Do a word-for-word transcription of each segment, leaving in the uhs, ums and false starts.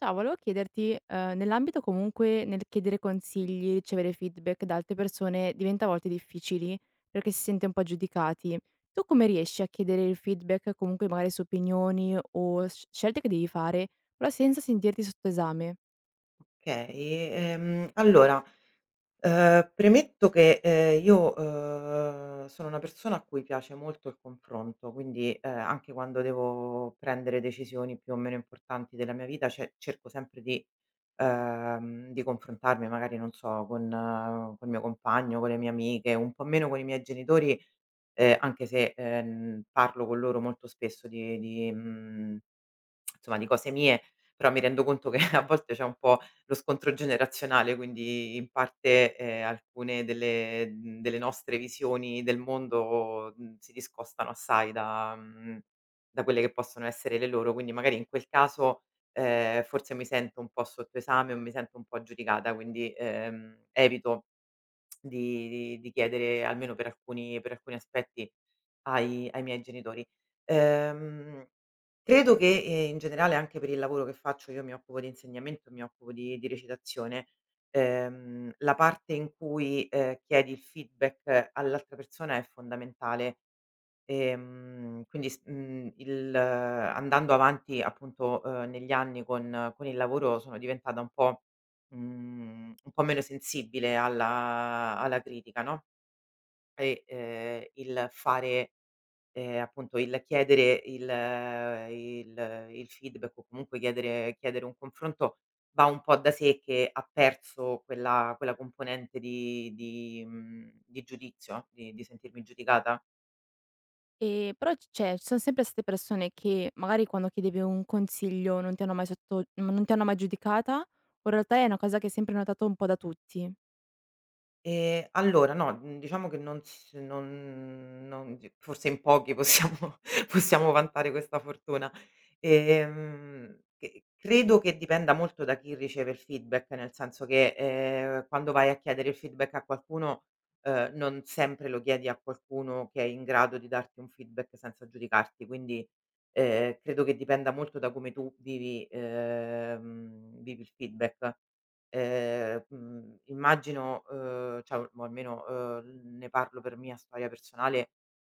Ciao, volevo chiederti, ehm, nell'ambito comunque nel chiedere consigli, ricevere feedback da altre persone diventa a volte difficili, perché si sente un po' giudicati. Tu come riesci a chiedere il feedback, comunque magari su opinioni o sc scelte che devi fare, però senza sentirti sotto esame? Okay, ehm, allora, ehm, premetto che, ehm, io, uhm, sono una persona a cui piace molto il confronto, quindi, ehm, anche quando devo prendere decisioni più o meno importanti della mia vita, ce cerco sempre di ehm, di confrontarmi magari, non so, con eh, col mio compagno, con le mie amiche, un po' meno con i miei genitori, ehm, anche se, ehm, parlo con loro molto spesso di di mhmm, insomma di cose mie, però mi rendo conto che a volte c'è un po' lo scontro generazionale, quindi in parte, ehm, alcune delle mhmm, delle nostre visioni del mondo, mhmm, si discostano assai da mhmm, da quelle che possono essere le loro, quindi magari in quel caso, ehm, forse mi sento un po' sotto esame o mi sento un po' giudicata, quindi, ehm, evito di di di chiedere almeno per alcuni per alcuni aspetti ai ai miei genitori. Ehm, Credo che, ehm, in generale anche per il lavoro che faccio, io mi occupo di insegnamento, mi occupo di di recitazione. Ehm, la parte in cui, ehm, chiedi il feedback all'altra persona è fondamentale. Ehm, quindi s mhmm, il eh, andando avanti appunto, uhm, negli anni con con il lavoro sono diventata un po' mhmm, un po' meno sensibile alla alla critica, no, e, ehm, il fare, ehm, appunto il chiedere il eh, il il feedback o comunque chiedere chiedere un confronto va un po' da sé che ha perso quella quella componente di di mhmm, di giudizio, di di sentirmi giudicata. Ehm, però c Cioè, ci sono sempre state persone che magari quando chiedevi un consiglio non ti hanno mai sotto non ti hanno mai giudicata, o in realtà è una cosa che hai sempre notato un po' da tutti? Ehm, allora no, mhmm, diciamo che non s non non d forse in pochi possiamo possiamo vantare questa fortuna. Ehm, che credo che dipenda molto da chi riceve il feedback, nel senso che, ehm, quando vai a chiedere il feedback a qualcuno, ehm, non sempre lo chiedi a qualcuno che è in grado di darti un feedback senza giudicarti, quindi, ehm, credo che dipenda molto da come tu vivi ehm, vivi il feedback. Ehm, mhmm, immagino, uhm, cioè o almeno, uhm, ne parlo per mia storia personale,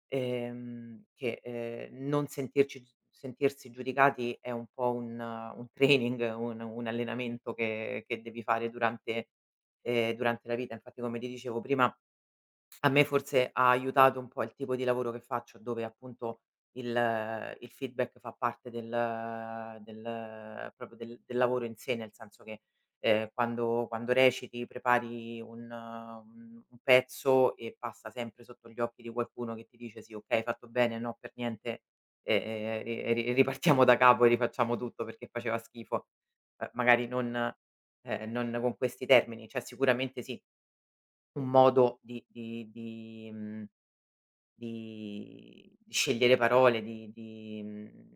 ehm, che, ehm, non sentirci gi sentirsi giudicati è un po' un eh, un training, un un allenamento che che devi fare durante ehm, durante la vita. Infatti come ti dicevo prima a me forse ha aiutato un po' il tipo di lavoro che faccio, dove appunto il il feedback fa parte del del proprio del del lavoro in sé, nel senso che, ehm, quando quando reciti, prepari un eh, un un pezzo e passa sempre sotto gli occhi di qualcuno che ti dice: "Sì, okay, hai fatto bene, no per niente, ehm, ri ri ripartiamo da capo e rifacciamo tutto perché faceva schifo". Ehm, magari non ehm, non con questi termini, cioè sicuramente sì, un modo di di di mhmm, di di scegliere parole, di di mhmm,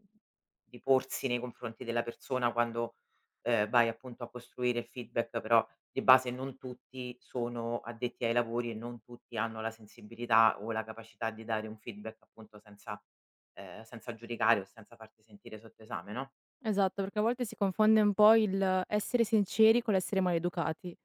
di porsi nei confronti della persona quando, ehm, vai appunto a costruire il feedback, però di base non tutti sono addetti ai lavori e non tutti hanno la sensibilità o la capacità di dare un feedback appunto senza ehm, senza giudicare o senza farti sentire sotto esame, no? Esatto, perché a volte si confonde un po' il essere sinceri con l'essere maleducati.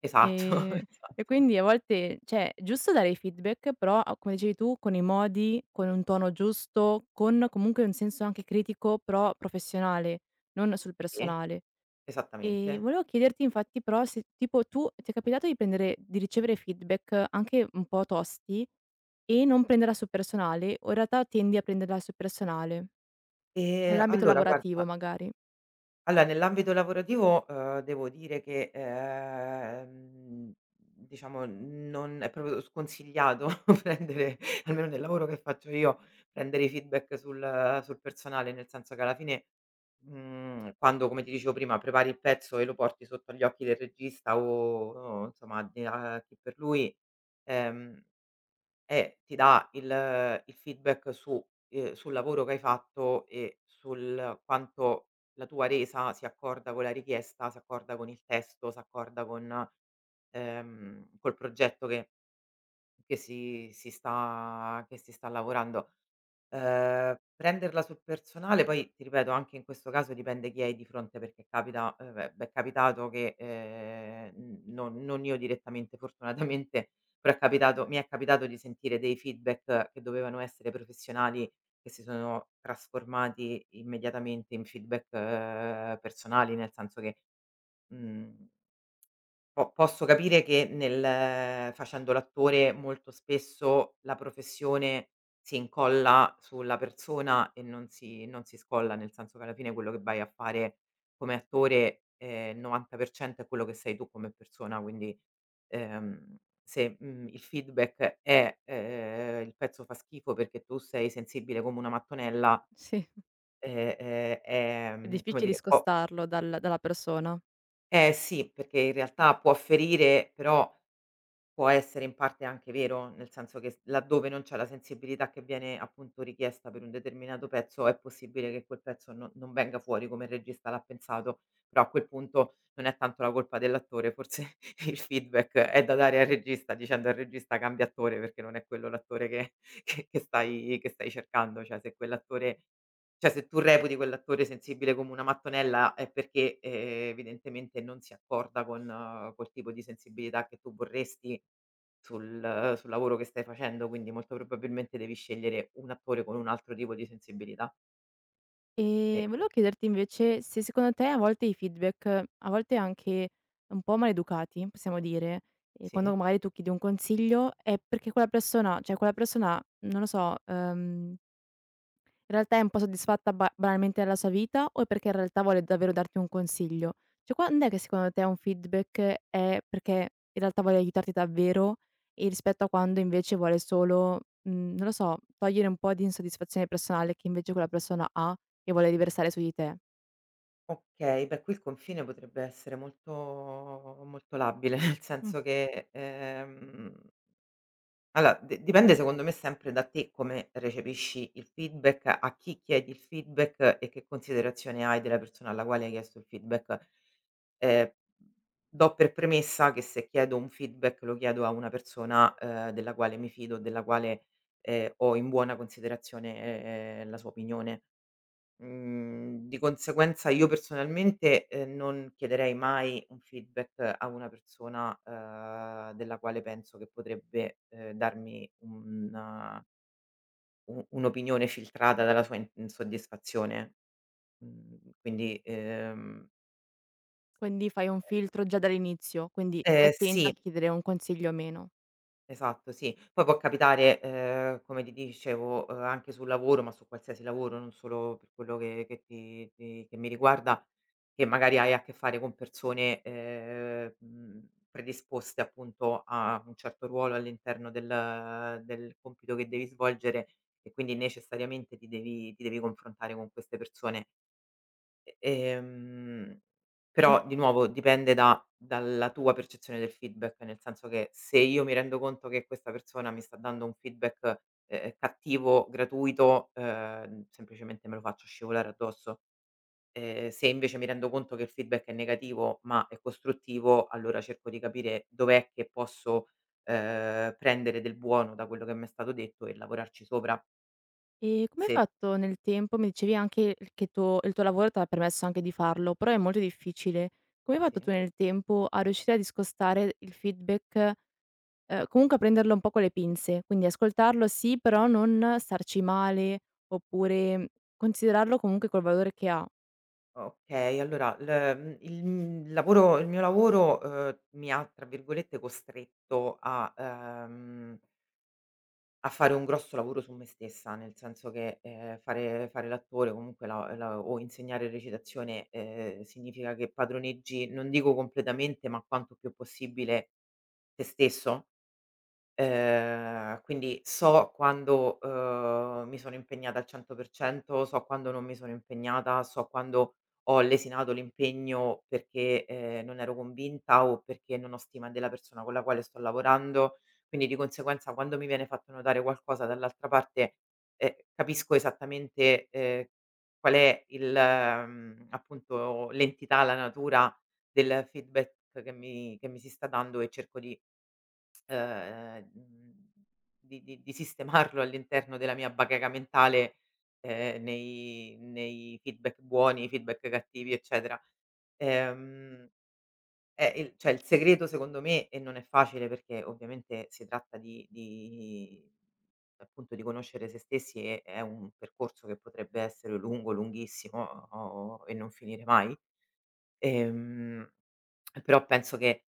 Esatto, Ehm, e esatto. quindi a volte cioè, è giusto dare i feedback, però a come dicevi tu, con i modi, con un tono giusto, con comunque un senso anche critico, però professionale, non sul Sì, personale. Ehm, esattamente. volevo chiederti infatti però se tipo tu ti è capitato di prendere di ricevere feedback anche un po' tosti e non prenderla sul personale o in realtà tendi a prenderla sul personale? Ehm, Nell'ambito Allora, guarda. lavorativo magari. Allora, nell'ambito lavorativo, uhm, devo dire che, ehm, diciamo non è proprio sconsigliato prendere, almeno nel lavoro che faccio io, prendere i feedback sul sul personale, nel senso che alla fine, mhmm, quando, come ti dicevo prima, prepari il pezzo e lo porti sotto agli occhi del regista o o insomma di a chi per lui, ehm e ti dà il il feedback su ehm, sul lavoro che hai fatto e sul quanto la tua resa si accorda con la richiesta, si accorda con il testo, si accorda con ehm, col progetto che che si si sta che si sta lavorando. Ehm, prenderla sul personale poi, ti ripeto, anche in questo caso dipende chi hai di fronte, perché capita ehm, beh, beh, è capitato che, ehm, n non non io direttamente fortunatamente, però è capitato mi è capitato di sentire dei feedback che dovevano essere professionali, che si sono trasformati immediatamente in feedback eh, personali, nel senso che, mhmm Po posso capire che, nel facendo l'attore, molto spesso la professione si incolla sulla persona e non si non si scolla, nel senso che alla fine quello che vai a fare come attore, ehm, novanta per cento è quello che sei tu come persona, quindi, ehm, se, mhmm, il feedback è, ehm, il pezzo fa schifo perché tu sei sensibile come una mattonella, Sì. ehm, ehm, È ehm, come difficile dire, può. discostarlo dal dalla persona. Eh sì, perché in realtà può ferire, però può essere in parte anche vero, nel senso che s laddove non c'è la sensibilità che viene appunto richiesta per un determinato pezzo, è possibile che quel pezzo no non venga fuori come il regista l'ha pensato, però a quel punto non è tanto la colpa dell'attore, forse il feedback è da dare al regista dicendo al regista: "Cambia attore", perché non è quello l'attore che che che stai che stai cercando, cioè se quell'attore, cioè, se tu reputi quell'attore sensibile come una mattonella è perché, ehm, evidentemente non si accorda con eh, col tipo di sensibilità che tu vorresti sul sul lavoro che stai facendo, quindi molto probabilmente devi scegliere un attore con un altro tipo di sensibilità. E Ehm, volevo chiederti invece se secondo te a volte i feedback, a volte anche un po' maleducati, possiamo dire, ehm, quando sì. magari tu chiedi un consiglio è perché quella persona cioè quella persona, non lo so, ehm in realtà è un po' soddisfatta ba banalmente della sua vita o è perché in realtà vuole davvero darti un consiglio? Cioè quand'è che secondo te un feedback è perché in realtà vuole aiutarti davvero e rispetto a quando invece vuole solo, mhmm, non lo so, togliere un po' di insoddisfazione personale che invece quella persona ha e vuole riversare su di te. Okay, beh, qui il confine potrebbe essere molto molto labile, nel Mh. senso che, ehm allora, d dipende secondo me sempre da te come recepisci il feedback, a chi chiedi il feedback e che considerazione hai della persona alla quale hai chiesto il feedback. Ehm, Do per premessa che se chiedo un feedback lo chiedo a una persona, ehm, della quale mi fido, della quale, ehm, ho in buona considerazione, ehm, la sua opinione. Mhmm, di conseguenza io personalmente, ehm, non chiederei mai un feedback a una persona, ehm, della quale penso che potrebbe, ehm, darmi un u un'opinione filtrata dalla sua insoddisfazione. Mhmm, quindi, ehm Quindi fai un filtro già dall'inizio, quindi stai eh attenta sì, a chiedere un consiglio o meno. esatto, sì. Poi può capitare, ehm, come ti dicevo, ehm, anche sul lavoro, ma su qualsiasi lavoro, non solo per quello che che ti ti che mi riguarda, che magari hai a che fare con persone, ehm, mhmm, predisposte appunto a un certo ruolo all'interno del del compito che devi svolgere e quindi necessariamente ti devi ti devi confrontare con queste persone. E ehm, però di nuovo dipende da dalla tua percezione del feedback, nel senso che se io mi rendo conto che questa persona mi sta dando un feedback, ehm, cattivo, gratuito, ehm, semplicemente me lo faccio scivolare addosso. Ehm, se invece mi rendo conto che il feedback è negativo, ma è costruttivo, allora cerco di capire dov'è che posso, ehm, prendere del buono da quello che mi è stato detto e lavorarci sopra. E come hai Se fatto nel tempo? Mi dicevi anche il che tuo il tuo lavoro t'ha permesso anche di farlo, però è molto difficile. Come hai fatto Sì. tu nel tempo a riuscire a discostare il feedback, ehm, comunque a prenderlo un po' con le pinze, quindi ascoltarlo sì, però non starci male, oppure considerarlo comunque col valore che ha? Okay, allora l mhmm, il mhmm, lavoro il mio lavoro, uhm, mi ha, tra virgolette, "costretto" a, ehm a fare un grosso lavoro su me stessa, nel senso che, ehm, fare fare l'attore, comunque la la o insegnare recitazione, ehm, significa che padroneggi, non dico completamente, ma quanto più possibile te stesso. Ehm, quindi so quando, uhm, mi sono impegnata al cento per cento, so quando non mi sono impegnata, so quando ho lesinato l'impegno perché, ehm, non ero convinta o perché non ho stima della persona con la quale sto lavorando. Quindi di conseguenza quando mi viene fatto notare qualcosa dall'altra parte, ehm, capisco esattamente, ehm, qual è il mhmm, appunto l'entità, la natura del feedback che mi che mi si sta dando e cerco di ehm, mhmm, di di di sistemarlo all'interno della mia bacheca mentale, ehm, nei nei feedback buoni, feedback cattivi, eccetera. Ehm, eh, il, cioè il segreto secondo me, e non è facile perché ovviamente si tratta di di appunto di conoscere se stessi, e è un percorso che potrebbe essere lungo, lunghissimo o e non finire mai. Ehm, Però penso che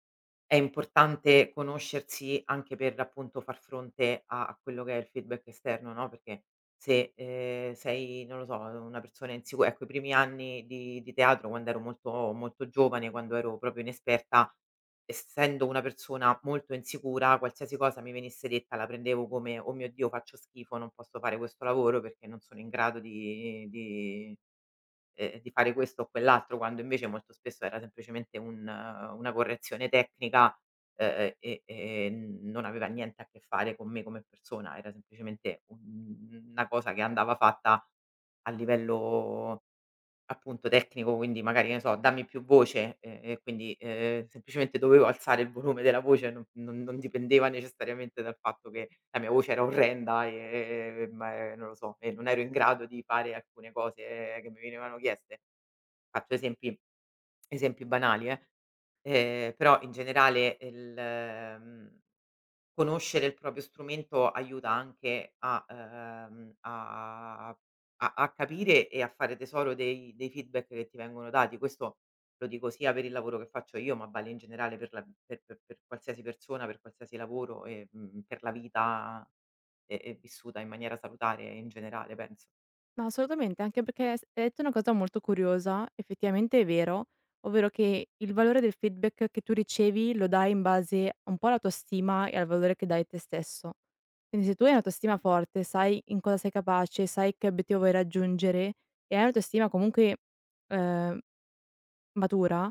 è importante conoscersi anche per, appunto, far fronte a a quello che è il feedback esterno, no, perché se, ehm, sei, non lo so, una persona insicu ecco, i primi anni di di teatro, quando ero molto molto giovane, quando ero proprio inesperta, essendo una persona molto insicura, qualsiasi cosa mi venisse detta la prendevo come: "Oh mio Dio, faccio schifo, non posso fare questo lavoro perché non sono in grado di di" ehm, di fare questo o quell'altro, quando invece molto spesso era semplicemente un eh, una correzione tecnica, ehm, e e non aveva niente a che fare con me come persona, era semplicemente un una cosa che andava fatta a livello appunto tecnico, quindi magari, che ne so, dammi più voce, ehm, e quindi, ehm, semplicemente dovevo alzare il volume della voce, non non non dipendeva necessariamente dal fatto che la mia voce era orrenda, ehm, ma, ehm, non lo so, e non ero in grado di fare alcune cose che mi venivano chieste. Faccio esempi esempi banali, eh, ehm, però in generale il mhmm, conoscere il proprio strumento aiuta anche a ehm, a a a capire e a fare tesoro dei dei feedback che ti vengono dati. Questo lo dico sia per il lavoro che faccio io, ma vale in generale per la per per per qualsiasi persona, per qualsiasi lavoro e, mhmm, per la vita, ehm, ehm, vissuta in maniera salutare in generale, penso. No, assolutamente, anche perché s hai detto una cosa molto curiosa, effettivamente è vero, ovvero che il valore del feedback che tu ricevi lo dai in base un po' alla tua stima e al valore che dai te stesso. Quindi se tu hai un'autostima forte, sai in cosa sei capace, sai che obiettivo vuoi raggiungere e hai un'autostima comunque, ehm, matura,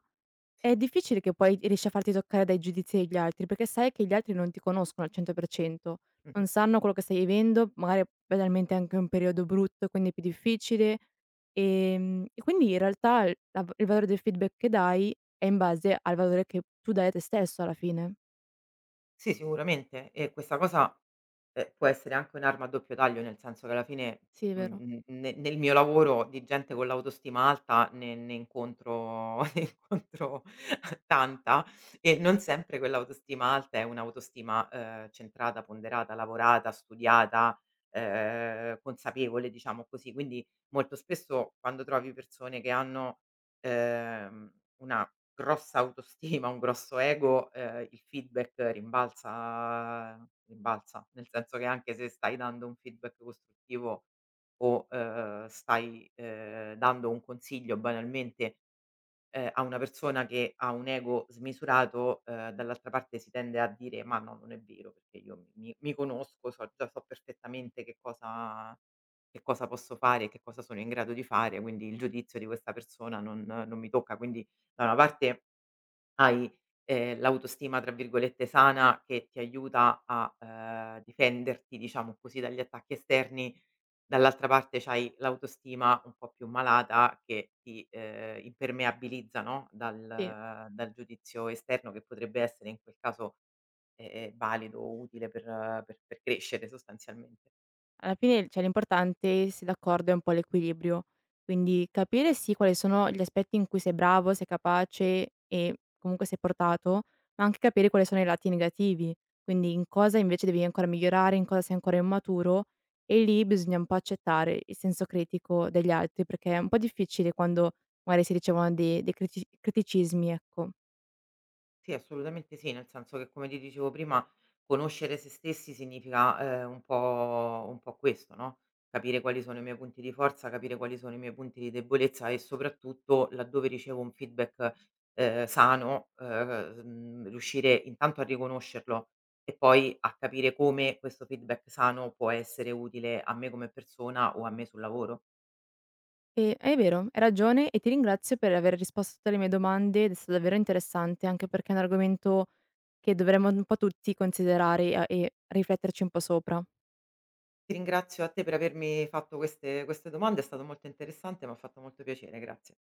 Sì. è difficile che poi riesci a farti toccare dai giudizi degli altri, perché sai che gli altri non ti conoscono al cento per cento, Mh-mh. non sanno quello che stai vivendo, magari banalmente anche un periodo brutto, quindi è più difficile. Ehm, e quindi in realtà il la v il valore del feedback che dai è in base al valore che tu dai a te stesso alla fine. Sì, sicuramente. E questa cosa, ehm, può essere anche un'arma a doppio taglio, nel senso che alla fine, Sì, è vero. mhmm, n ne nel mio lavoro di gente con l'autostima alta ne ne incontro ne incontro tanta e non sempre quell'autostima alta è un'autostima, ehm, centrata, ponderata, lavorata, studiata, ehm, consapevole, diciamo così. Quindi molto spesso quando trovi persone che hanno, ehm, una grossa autostima, un grosso ego, ehm, il feedback rimbalza rimbalza, nel senso che anche se stai dando un feedback costruttivo o, ehm, stai, ehm, dando un consiglio banalmente, ehm, a una persona che ha un ego smisurato, ehm, dall'altra parte si tende a dire: "Ma no, non è vero perché io mi mi mi conosco, so già, so perfettamente che cosa che cosa posso fare e che cosa sono in grado di fare, quindi il giudizio di questa persona non non mi tocca". Quindi da una parte hai, ehm, l'autostima tra virgolette "sana" che ti aiuta a, ehm, difenderti diciamo così dagli attacchi esterni, dall'altra parte c'hai l'autostima un po' più malata che ti, ehm, impermeabilizza, no, dal Sì. dal giudizio esterno che potrebbe essere in quel caso, ehm, valido o utile per eh, per per crescere sostanzialmente. Alla fine, cioè l'importante, sei d'accordo, è un po' l'equilibrio. Quindi capire sì quali sono gli aspetti in cui sei bravo, sei capace e comunque sei portato, ma anche capire quali sono i lati negativi. Quindi in cosa invece devi ancora migliorare, in cosa sei ancora immaturo e lì bisogna un po' accettare il senso critico degli altri, perché è un po' difficile quando magari si ricevono dei dei criti criticismi, ecco. Sì, assolutamente sì, nel senso che come ti dicevo prima, conoscere se stessi significa, ehm, un po' un po' questo, no, capire quali sono i miei punti di forza, capire quali sono i miei punti di debolezza e soprattutto laddove ricevo un feedback, ehm, sano, ehm, mhmm, riuscire intanto a riconoscerlo e poi a capire come questo feedback sano può essere utile a me come persona o a me sul lavoro. E è vero, hai ragione e ti ringrazio per aver risposto a tutte le mie domande ed è stato davvero interessante, anche perché è un argomento che dovremmo un po' tutti considerare e e rifletterci un po' sopra. Ti ringrazio a te per avermi fatto queste queste domande, è stato molto interessante, m'ha fatto molto piacere, grazie.